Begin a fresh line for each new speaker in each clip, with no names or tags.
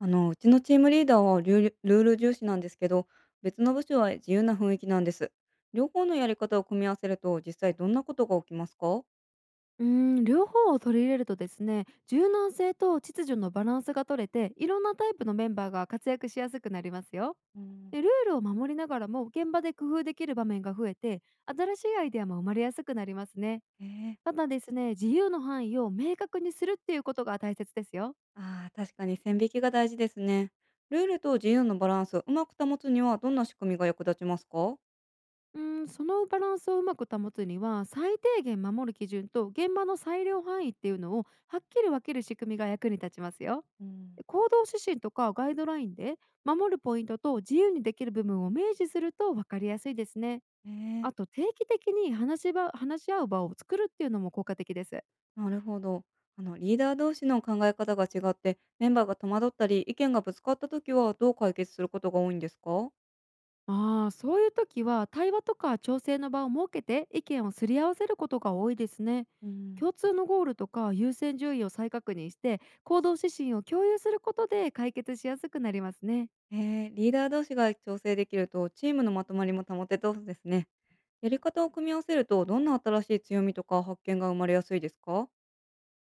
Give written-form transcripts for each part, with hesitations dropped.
うちのチームリーダーはルール重視なんですけど、別の部署は自由な雰囲気なんです。両方のやり方を組み合わせると、実際どんなことが起きますか？
うー両方を取り入れるとですね、柔軟性と秩序のバランスが取れて、いろんなタイプのメンバーが活躍しやすくなりますよ。
うん。
で、ルールを守りながらも現場で工夫できる場面が増えて、新しいアイデアも生まれやすくなりますね。
ええ。
ただですね、自由の範囲を明確にするっていうことが大切ですよ。
ああー、確かに線引きが大事ですね。ルールと自由のバランス、うまく保つにはどんな仕組みが役立ちますか？
そのバランスをうまく保つには、最低限守る基準と現場の裁量範囲っていうのをはっきり分ける仕組みが役に立ちますよ。
うん。
行動指針とかガイドラインで、守るポイントと自由にできる部分を明示すると分かりやすいですね。
え
あ
え。
と、定期的に話し合う場を作るっていうのも効果的です。
なるほど。リーダー同士の考え方が違って、メンバーが戸惑ったり、意見がぶつかった時はどう解決することが多いんですか？
ああ、そういう時は対話とか調整の場を設けて、意見をすり合わせることが多いですね。
うん。
共通のゴールとか優先順位を再確認して、行動指針を共有することで解決しやすくなりますね。
えー、リーダー同士が調整できるとチームのまとまりも保てそうですね。やり方を組み合わせるとどんな新しい強みとか発見が生まれやすいですか？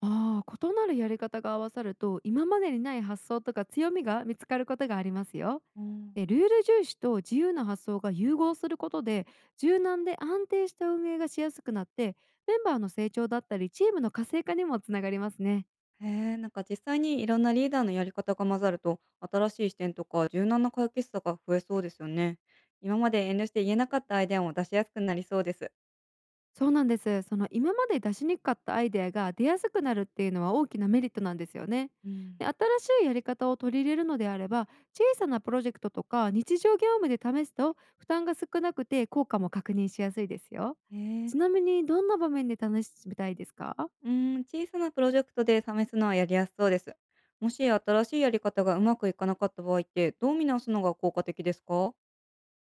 ああ、異なるやり方が合わさると、今までにない発想とか強みが見つかることがありますよ。
うん。
で、ルール重視と自由な発想が融合することで、柔軟で安定した運営がしやすくなって、メンバーの成長だったりチームの活性化にもつながりますね。
へえ、なんか実際にいろんなリーダーのやり方が混ざると新しい視点とか柔軟な解決策が増えそうですよね。今まで遠慮して言えなかったアイデアも出しやすくなりそうです。
そうなんです。その、今まで出しにくかったアイデアが出やすくなるっていうのは大きなメリットなんですよね。
うん。
で、新しいやり方を取り入れるのであれば、小さなプロジェクトとか日常業務で試すと負担が少なくて効果も確認しやすいですよ。
へえ。
ちなみに、どんな場面で試してみたいですか？
うん、小さなプロジェクトで試すのはやりやすそうです。もし新しいやり方がうまくいかなかった場合ってどう見直すのが効果的ですか？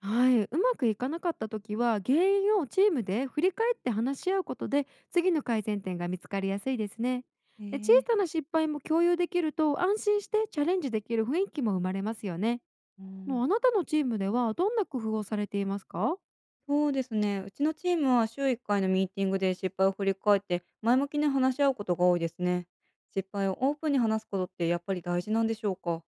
はい、うまくいかなかった時は、原因をチームで振り返って話し合うことで、次の改善点が見つかりやすいですね。
へ
で、小
え。
さな失敗も共有できると、安心してチャレンジできる雰囲気も生まれますよね。
う
も
ん。
う、あなたのチームではどんな工夫をされていますか？
そうですね。うちのチームは週1回のミーティングで失敗を振り返って前向きに話し合うことが多いですね。失敗をオープンに話すことってやっぱり大事なんでしょうか？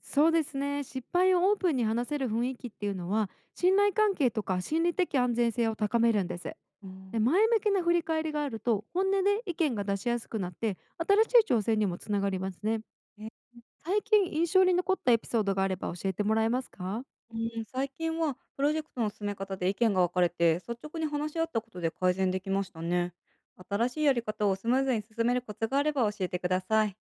そうですね、失敗をオープンに話せる雰囲気っていうのは、信頼関係とか心理的安全性を高めるんです。
うん。
で、前向きな振り返りがあると、本音で意見が出しやすくなって、新しい挑戦にもつながりますね。
え、
最近印象に残ったエピソードがあれば教えてもらえますか？
うん、最近はプロジェクトの進め方で意見が分かれて率直に話し合ったことで改善できましたね。新しいやり方をスムーズに進めるコツがあれば教えてください。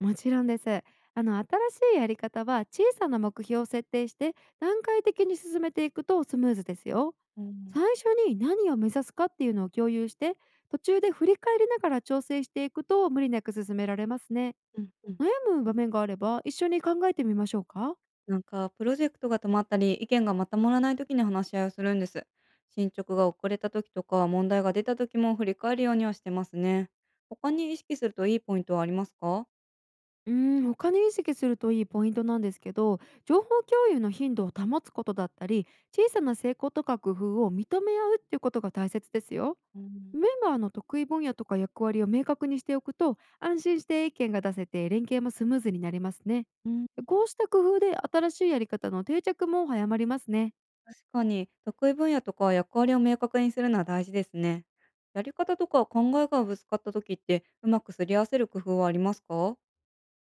もちろんです。新しいやり方は、小さな目標を設定して段階的に進めていくとスムーズですよ。
うん。
最初に何を目指すかっていうのを共有して、途中で振り返りながら調整していくと無理なく進められますね。
うんうん。
悩む場面があれば、一緒に考えてみましょうか？
なんか、プロジェクトが止まったり、意見がまとまらない時に話し合いをするんです。進捗が遅れた時とか、問題が出た時も振り返るようにはしてますね。他に意識するといいポイントはありますか？
他に意識するといいポイントなんですけど、情報共有の頻度を保つことだったり、小さな成功とか工夫を認め合うっていうことが大切ですよ。
うん。
メンバーの得意分野とか役割を明確にしておくと、安心して意見が出せて連携もスムーズになりますね。
うん。
こうした工夫で新しいやり方の定着も早まりますね。
確かに、得意分野とか役割を明確にするのは大事ですね。やり方とか考えがぶつかった時って、うまくすり合わせる工夫はありますか？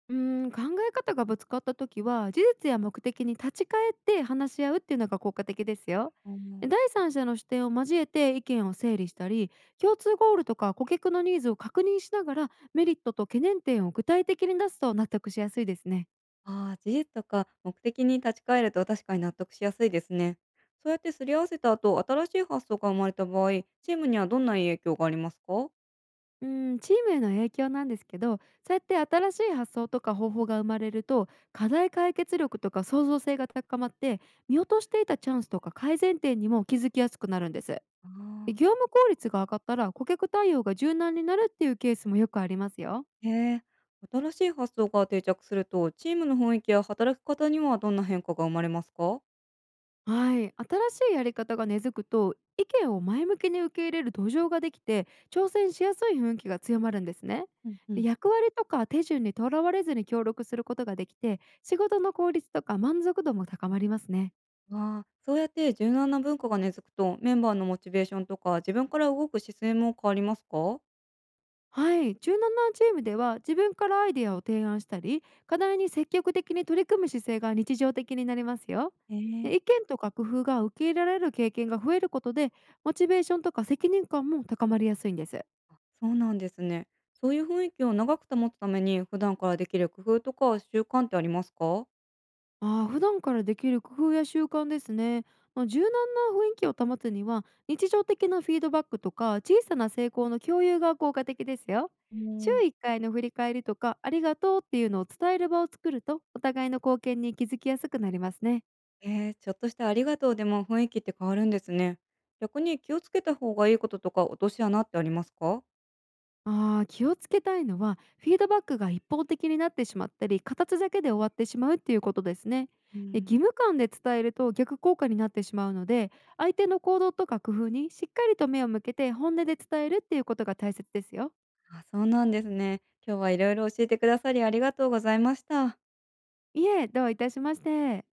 うー考え方がぶつかった時は、事実や目的に立ち返って話し合うっていうのが効果的ですよ。
う
で、
ん。
第三者の視点を交えて意見を整理したり、共通ゴールとか顧客のニーズを確認しながら、メリットと懸念点を具体的に出すと納得しやすいですね。
ああ、事実とか目的に立ち返ると確かに納得しやすいですね。そうやってすり合わせた後、新しい発想が生まれた場合、チームにはどんな影響がありますか？
うん、チームへの影響なんですけど、そうやって新しい発想とか方法が生まれると、課題解決力とか創造性が高まって、見落としていたチャンスとか改善点にも気づきやすくなるんです。で、
あ
業
あ。
務効率が上がったら顧客対応が柔軟になるっていうケースもよくありますよ。
へえ、新しい発想が定着すると、チームの雰囲気や働き方にはどんな変化が生まれますか？
はい、新しいやり方が根付くと、意見を前向きに受け入れる土壌ができて、挑戦しやすい雰囲気が強まるんですね。
うんう
で、
ん。
役割とか手順にとらわれずに協力することができて、仕事の効率とか満足度も高まりますね。
ああ、そうやって柔軟な文化が根付くと、メンバーのモチベーションとか、自分から動く姿勢も変わりますか？
はい、1ななチームでは自分からアイデアを提案したり、課題に積極的に取り組む姿勢が日常的になりますよ。
へえ。
で、意見とか工夫が受け入れられる経験が増えることで、モチベーションとか責任感も高まりやすいんです。
あ、そうなんですね。そういう雰囲気を長く保つために、普段からできる工夫とか習慣ってありますか？
ああ、普段からできる工夫や習慣ですね。まあ、柔軟な雰囲気を保つには、日常的なフィードバックとか、小さな成功の共有が効果的ですよ。
う
週
ん。
1回の振り返りとか、ありがとうっていうのを伝える場を作ると、お互いの貢献に気づきやすくなりますね。
ええ、ちょっとしたありがとうでも雰囲気って変わるんですね。逆に気をつけた方がいいこととか落とし穴ってありますか？
ああ、気をつけたいのは、フィードバックが一方的になってしまったり、形だけで終わってしまうっていうことですね。
う
で、義
ん。
務感で伝えると逆効果になってしまうので、相手の行動とか工夫にしっかりと目を向けて本音で伝えるっていうことが大切ですよ。
あ、そうなんですね。今日はいろいろ教えてくださりありがとうございました。
いえ、どういたしまして。